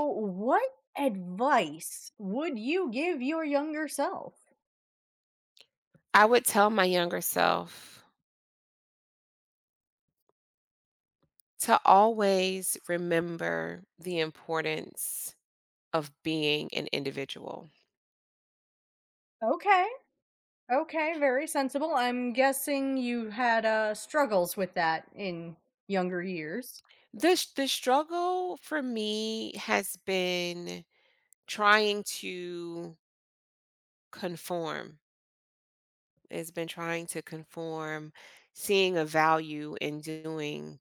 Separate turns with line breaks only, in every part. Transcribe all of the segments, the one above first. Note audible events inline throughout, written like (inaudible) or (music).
What advice would you give your younger self?
I would tell my younger self to always remember the importance of being an individual.
Okay, okay, very sensible. I'm guessing you had struggles with that in younger years.
The struggle for me has been trying to conform, conform, seeing a value in doing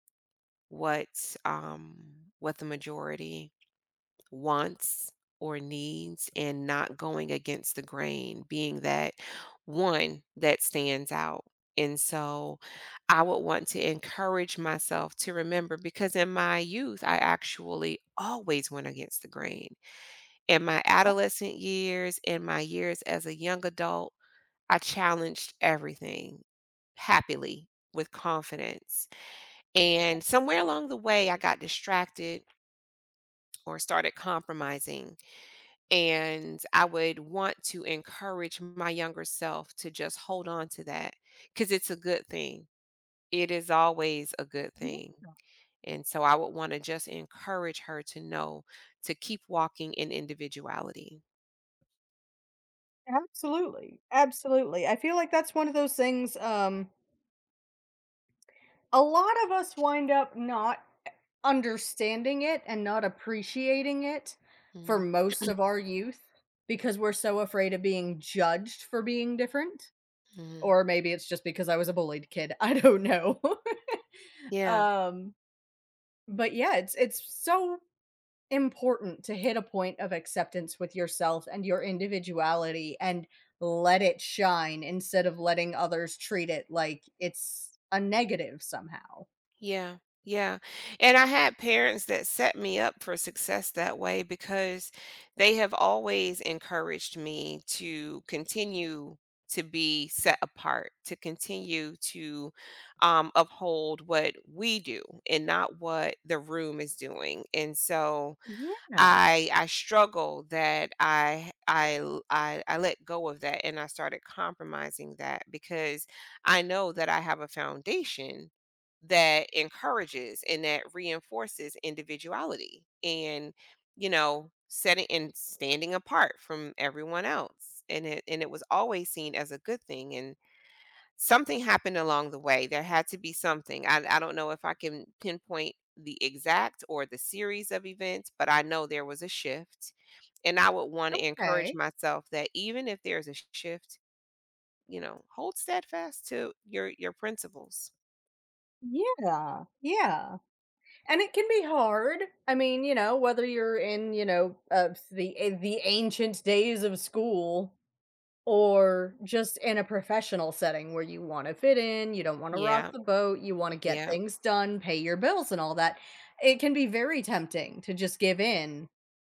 what the majority wants or needs and not going against the grain, being that one that stands out. And so I would want to encourage myself to remember because in my youth, I actually always went against the grain. In my
Oh,
adolescent years, in my years as a young adult, I challenged everything happily with confidence. And somewhere along the way, I got distracted or started compromising and I would want to encourage my younger self to just hold on to that because it's a good thing. It is always a good
yeah,
thing. And so I would want to just encourage her to know to keep walking in individuality.
absolutely. Absolutely. I feel like that's one of those things. A lot of us wind up not understanding it and not appreciating it for
Mhm,
most of our youth because we're so afraid of being judged for being different.
mhm.
Or maybe it's just because I was a bullied kid. (laughs) I don't know. (laughs)
Yeah.
um, but yeah, it's so important to hit a point of acceptance with yourself and your individuality and let it shine instead of letting others treat it like it's a negative somehow.
Yeah, yeah. And I had parents that set me up for success that way because they have always encouraged me to continue to be set apart, to continue to uphold what we do and not what the room is doing. And so,
Yeah.
I struggle that I l- I let go of that and I started compromising that because I know that I have a foundation that encourages and that reinforces individuality and you know setting and standing apart from everyone else and it was always seen as a good thing and something happened along the way. There had to be something. I don't know if I can pinpoint the exact or the series of events, but I know there was a shift. And I would want to encourage
Okay.
myself that even if there's a shift, you know, hold steadfast to your principles.
Yeah. Yeah. And it can be hard. I mean, you know, whether you're in, you know, the the ancient days of school, or just in a professional setting where you wanna fit in, you don't wanna rock
Yeah,
the boat, you wanna get
yeah,
things done, pay your bills and all that. It can be very tempting to just give in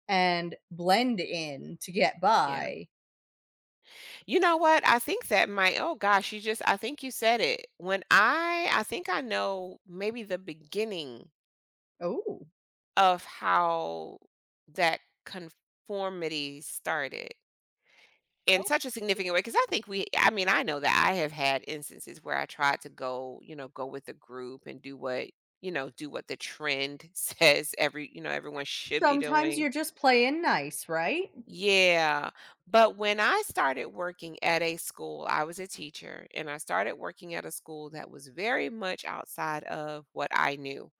and blend in to get
yeah.
by.
You know what? I think that might, oh gosh, you just, I think you said it. I think I know maybe the beginning
Ooh.
of how that conformity started in
Oh.
such a significant way because I think we I mean, I know that I have had instances where I tried to go, you know, go with a group and do what, you know, do what the trend (laughs) says every, you know, everyone should be
Sometimes
doing.
you're just playing nice, right?
Yeah. But when I started working at a school, I was a teacher and I started working at a school that was very much outside of what I knew.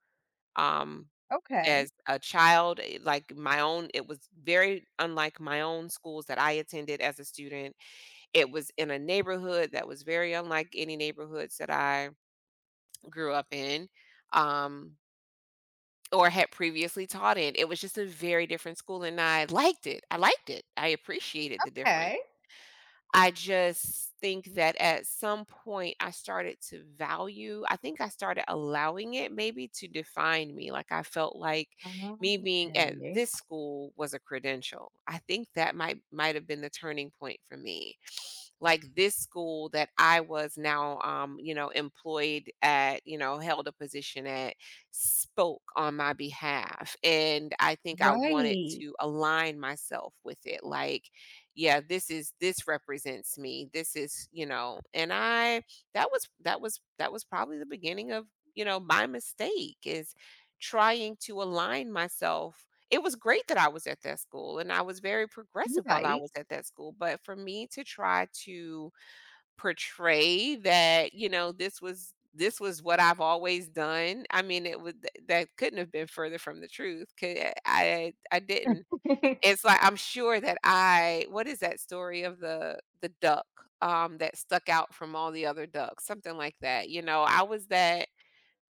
Um,
Okay,
as a child, like my own, it was very unlike my own schools that I attended as a student. It was in a neighborhood that was very unlike any neighborhoods that I grew up in, um, or had previously taught in. It was just a very different school, and I liked it. I liked it. I appreciated the difference.
okay.
I just think that at some point I started to value, I think I started allowing it maybe to define me. Like I felt like me being at
Okay.
this school was a credential. I think that might have been the turning point for me, like this school that I was now, you know, employed at, you know, held a position at, spoke on my behalf. And I think I wanted
Right,
to align myself with it. Like, yeah, this is, this represents me. This is, you know, and I, that was probably the beginning of, you know, my mistake is trying to align myself. It was great that I was at that school, and I was very progressive while I
right.
was at that school, but for me to try to portray that, you know, this was what I've always done, I mean, it was th that couldn't have been further from the truth, 'cau I didn't.
(laughs)
It's like, I'm sure that I, what is that story of the duck, that stuck out from all the other ducks? Something like that, you know,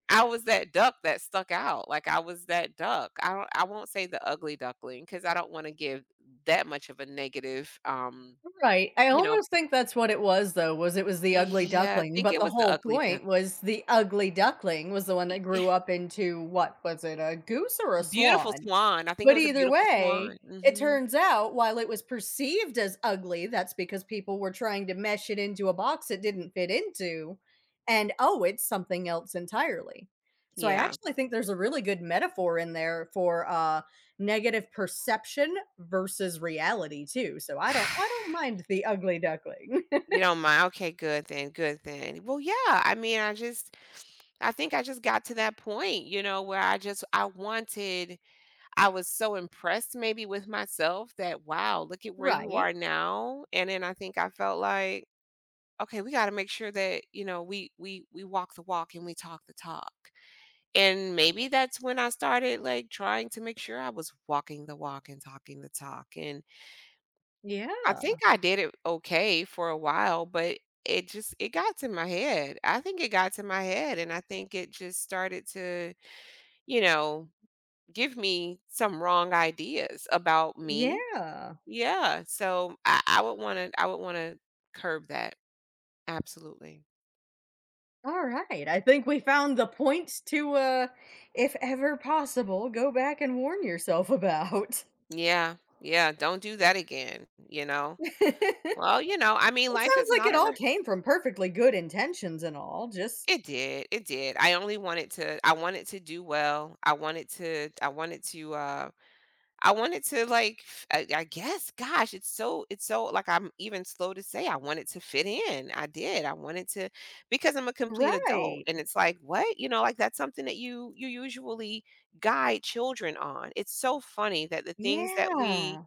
I was that duck that stuck out, like, I was that duck. I won't say the ugly duckling because I don't wanna give that much of a negative,
Right, I
you know.
almost think that's what it was, though, was it was The Ugly
Yeah, I
Duckling,
think
but
it
the
was the
whole
ugly duck.
point was the ugly duckling was the one
E
that
eh
grew up into what was it, a goose or a
Beautiful
swan?
swan, I think it
But
was a
either
beautiful
way,
swan.
it
Mhm.
turns out while it was perceived as ugly, that's because people were trying to mesh it into a box it didn't fit into, and, oh, it's something else entirely. So I
Yeah.
actually think there's a really good metaphor in there for, negative perception versus reality too, so I
(sighs)
don't mind the ugly duckling. (laughs)
You don't mind? Okay, good then, good then. Well, yeah, I mean, I just, I think I just got to that point, you know, where I wanted, I was so impressed maybe with myself that, wow, look at where you
Right.
are now. And then I think I felt like, okay, we got to make sure that, you know, we walk the walk and we talk the talk. And maybe that's when I started like trying to make sure I was walking the walk and talking the talk. And I
Yeah.
think I did it okay for a while, but it got to my head. I think it got to my head and I think it just started to, you know, give me some wrong ideas about me.
Yeah.
Yeah, so I would wanna curb that, absolutely.
All right. I think we found the points to, if ever possible, go back and warn yourself about.
Yeah, yeah, don't do that again, you
(laughs)
know?
It
Well, you know, I mean, life
sounds
is
like
not
it
a
all
re-
came from perfectly good intentions and all. Just
It did, it did. I only wanted to, I wanted to, I wanted to, like, f I guess, gosh, it's so, it's so, like, I'm even slow to say I wanted to fit in. I did. I wanted to because I'm a complete adult,
right.
and it's like, "What?" You know, like, that's something that you usually guide children on. It's so funny that the things that
Yeah.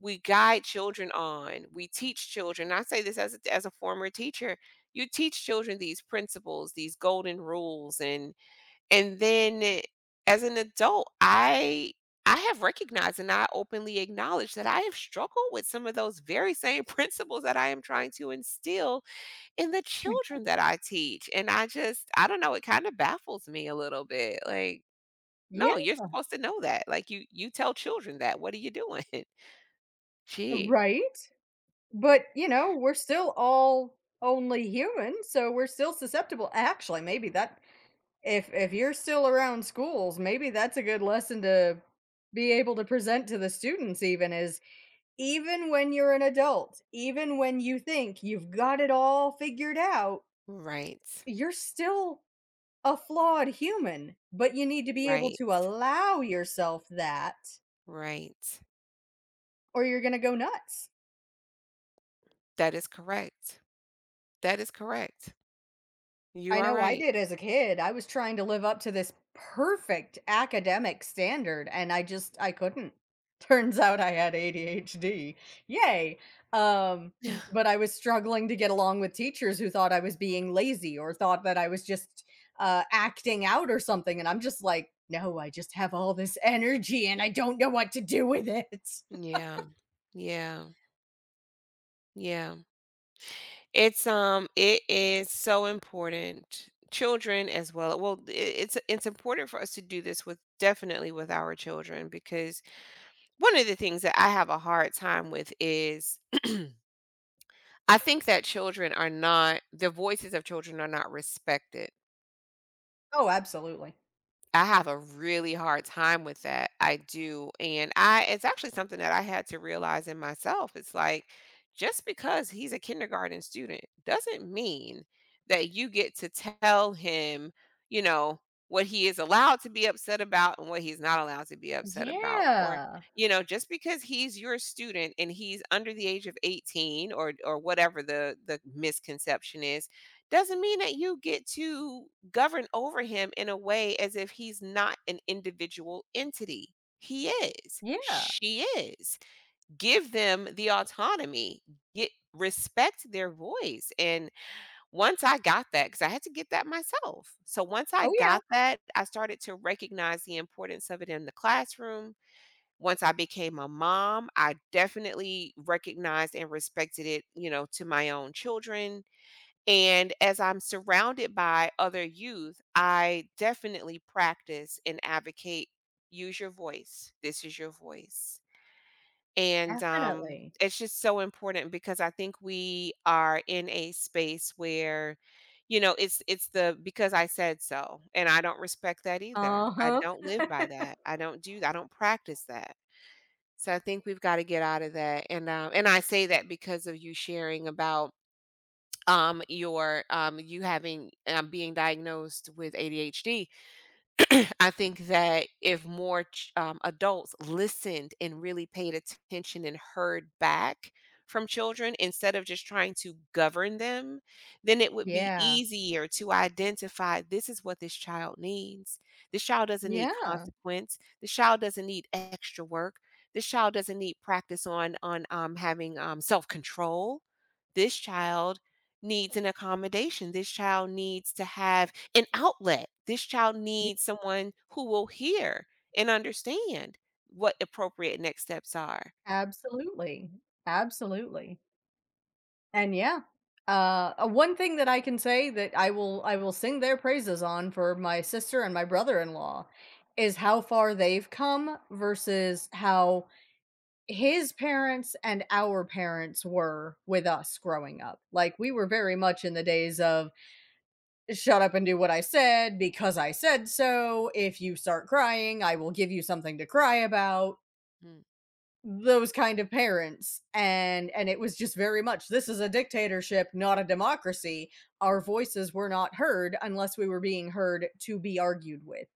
we guide children on, we teach children. And I say this as a former teacher, you teach children these principles, these golden rules, and and then eh, as an adult, I have recognized and I openly acknowledge that I have struggled with some of those very same (laughs) principles that I am trying to instill in the children that I teach. And I don't know, it kind of baffles me a little bit. Like,
Yeah.
no, you're supposed to know that. Like you tell children that. What are you doing? (laughs) Gee.
Right. But, you know, we're still all only human, so we're still susceptible. Actually, maybe that if you're still around schools, maybe that's a good lesson to be able to present to the students even is, even when you're an adult, even when you think you've got it all figured out,
Right.
you're still a flawed human, but you need to be able
Right.
to allow yourself that,
Right.
or you're gonna go nuts.
That is correct. That is correct. You
I
are
know I
right.
did as a kid. I was trying to live up to this perfect academic standard and I just I couldn't. (laughs) Turns out I had ADHD. Yay. Um
(sighs)
but I was struggling to get along with teachers who thought I was being lazy or thought that I was just acting out or something and I'm just like, "No, I just have all this energy and I don't know what to do with it."
Yeah. Yeah. Yeah. It's, it is so important. Children as well. Well, I it's important for us to do this with, definitely with our children because one of the things that I have a hard time with is I think that children are not the voices of children are not respected.
Oh, absolutely.
I have a really hard time with that. I do. And I it's actually something that I had to realize in myself. It's like just because he's a kindergarten student doesn't mean that you get to tell him, you know, what he is allowed to be upset about and what he's not allowed to be upset about. Or,
Yeah.
you know, just because he's your student and he's under the age of 18 or whatever the misconception is, doesn't mean that you get to govern over him in a way as if he's not an individual entity. He is.
Yeah.
She is. Give them the autonomy. Get, respect their voice. And once I got that, because I had to get that myself. So once I
Oh, yeah.
got that, I started to recognize the importance of it in the classroom. Once I became a mom, I definitely recognized and respected it, you know, to my own children and as I'm surrounded by other youth, I definitely practice and advocate, use your voice. This is your voice. And
Definitely.
it's just so important because I think we are in a space where you know it's the because I said so and I don't respect that either, I
Uh-huh.
don't live by
(laughs)
that, I don't practice that, so I think we've got to get out of that. And I say that because of you sharing about your, you having, being diagnosed with ADHD. (clears throat) I think that if more adults listened and really paid attention and heard back from children instead of just trying to govern them, then it would be
Yeah.
easier to identify this is what this child needs. This child doesn't need
Yeah.
consequence. This child doesn't need extra work. This child doesn't need practice on having, self control. This child needs an accommodation. This child needs to have an outlet. This child
Ye
needs someone who will hear and understand what appropriate next steps are.
absolutely. Absolutely. And yeah, one thing that I can say that I will sing their praises on for my sister and my brother-in-law is how far they've come versus how his parents and our parents were with us growing up. Like we were very much in the days of shut up and do what I said because I said so. If you start crying, I will give you something to cry about.
Mm.
Those kind of parents, and it was just very much this is a dictatorship, not a democracy. Our voices were not heard unless we were being heard to be argued with.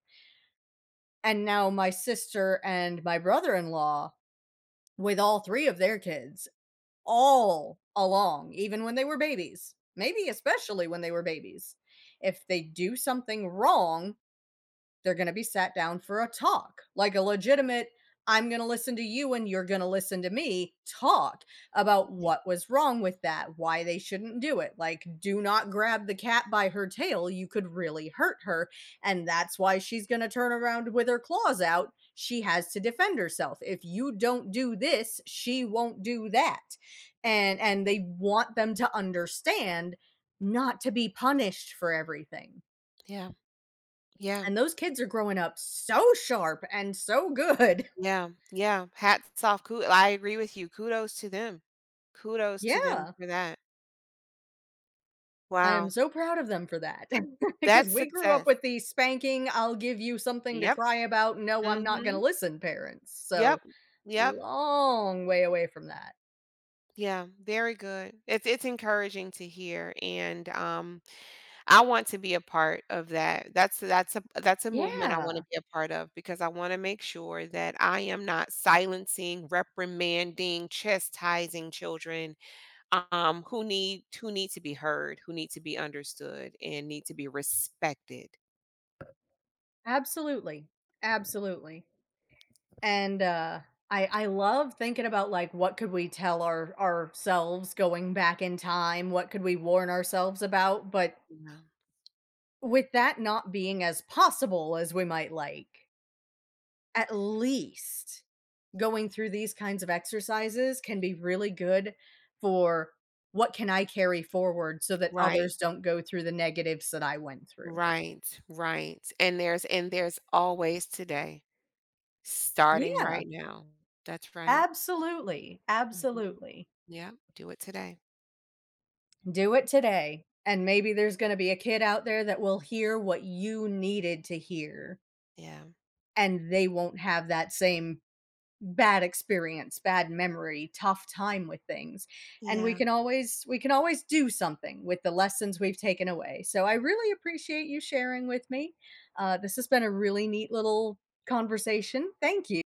And now my sister and my brother-in-law, with all 3 of their kids, all along, even when they were babies, maybe especially when they were babies, if they do something wrong, they're going to be sat down for a talk, like a legitimate, I'm going to listen to you and you're going to listen to me talk about
Yeah.
what was wrong with that, why they shouldn't do it. Like, do not grab the cat by her tail. You could really hurt her. And that's why she's going to turn around with her claws out. She has to defend herself. If you don't do this, she won't do that. And they want them to understand not to be punished for everything.
Yeah. Yeah.
And those kids are growing up so sharp and so good. (laughs)
Yeah. Yeah. Hats off. Ku- I agree with you. Kudos to them. Kudos to them
Yeah.
for that.
I am
Wow.
so proud of them for that (laughs) because
That's
we grew up
success.
with the spanking, I'll give you something to
Yep.
cry about, no, I'm not gonna
Hmm.
listen parents. So,
Yep. Yep.
long way away from that.
Yeah. Very good. It's encouraging to hear. And I want to be a part of that. That's, that's a movement I want to
Yeah,
be a part of because I want to make sure that I am not silencing, reprimanding, chastising children who need, who need to be heard, who need to be understood and need to be respected.
absolutely, absolutely. And, I love thinking about, like, what could we tell ourselves going back in time? What could we warn ourselves about? But
Yeah.
with that not being as possible as we might like, at least going through these kinds of exercises can be really good for what can I carry forward so that
Right,
others don't go through the negatives that I went through.
right, right, and there's always today, starting
Yeah,
right now. That's right.
absolutely,
Mhm.
absolutely.
Yep, do it today.
Do it today, and maybe there's gonna be a kid out there that will hear what you needed to hear,
Yeah.
and they won't have that same bad experience, bad memory, tough time with things. And we
Yeah.
can always we can always do something with the lessons we've taken away. So I really appreciate you sharing with me. This has been a really neat little conversation. Thank you.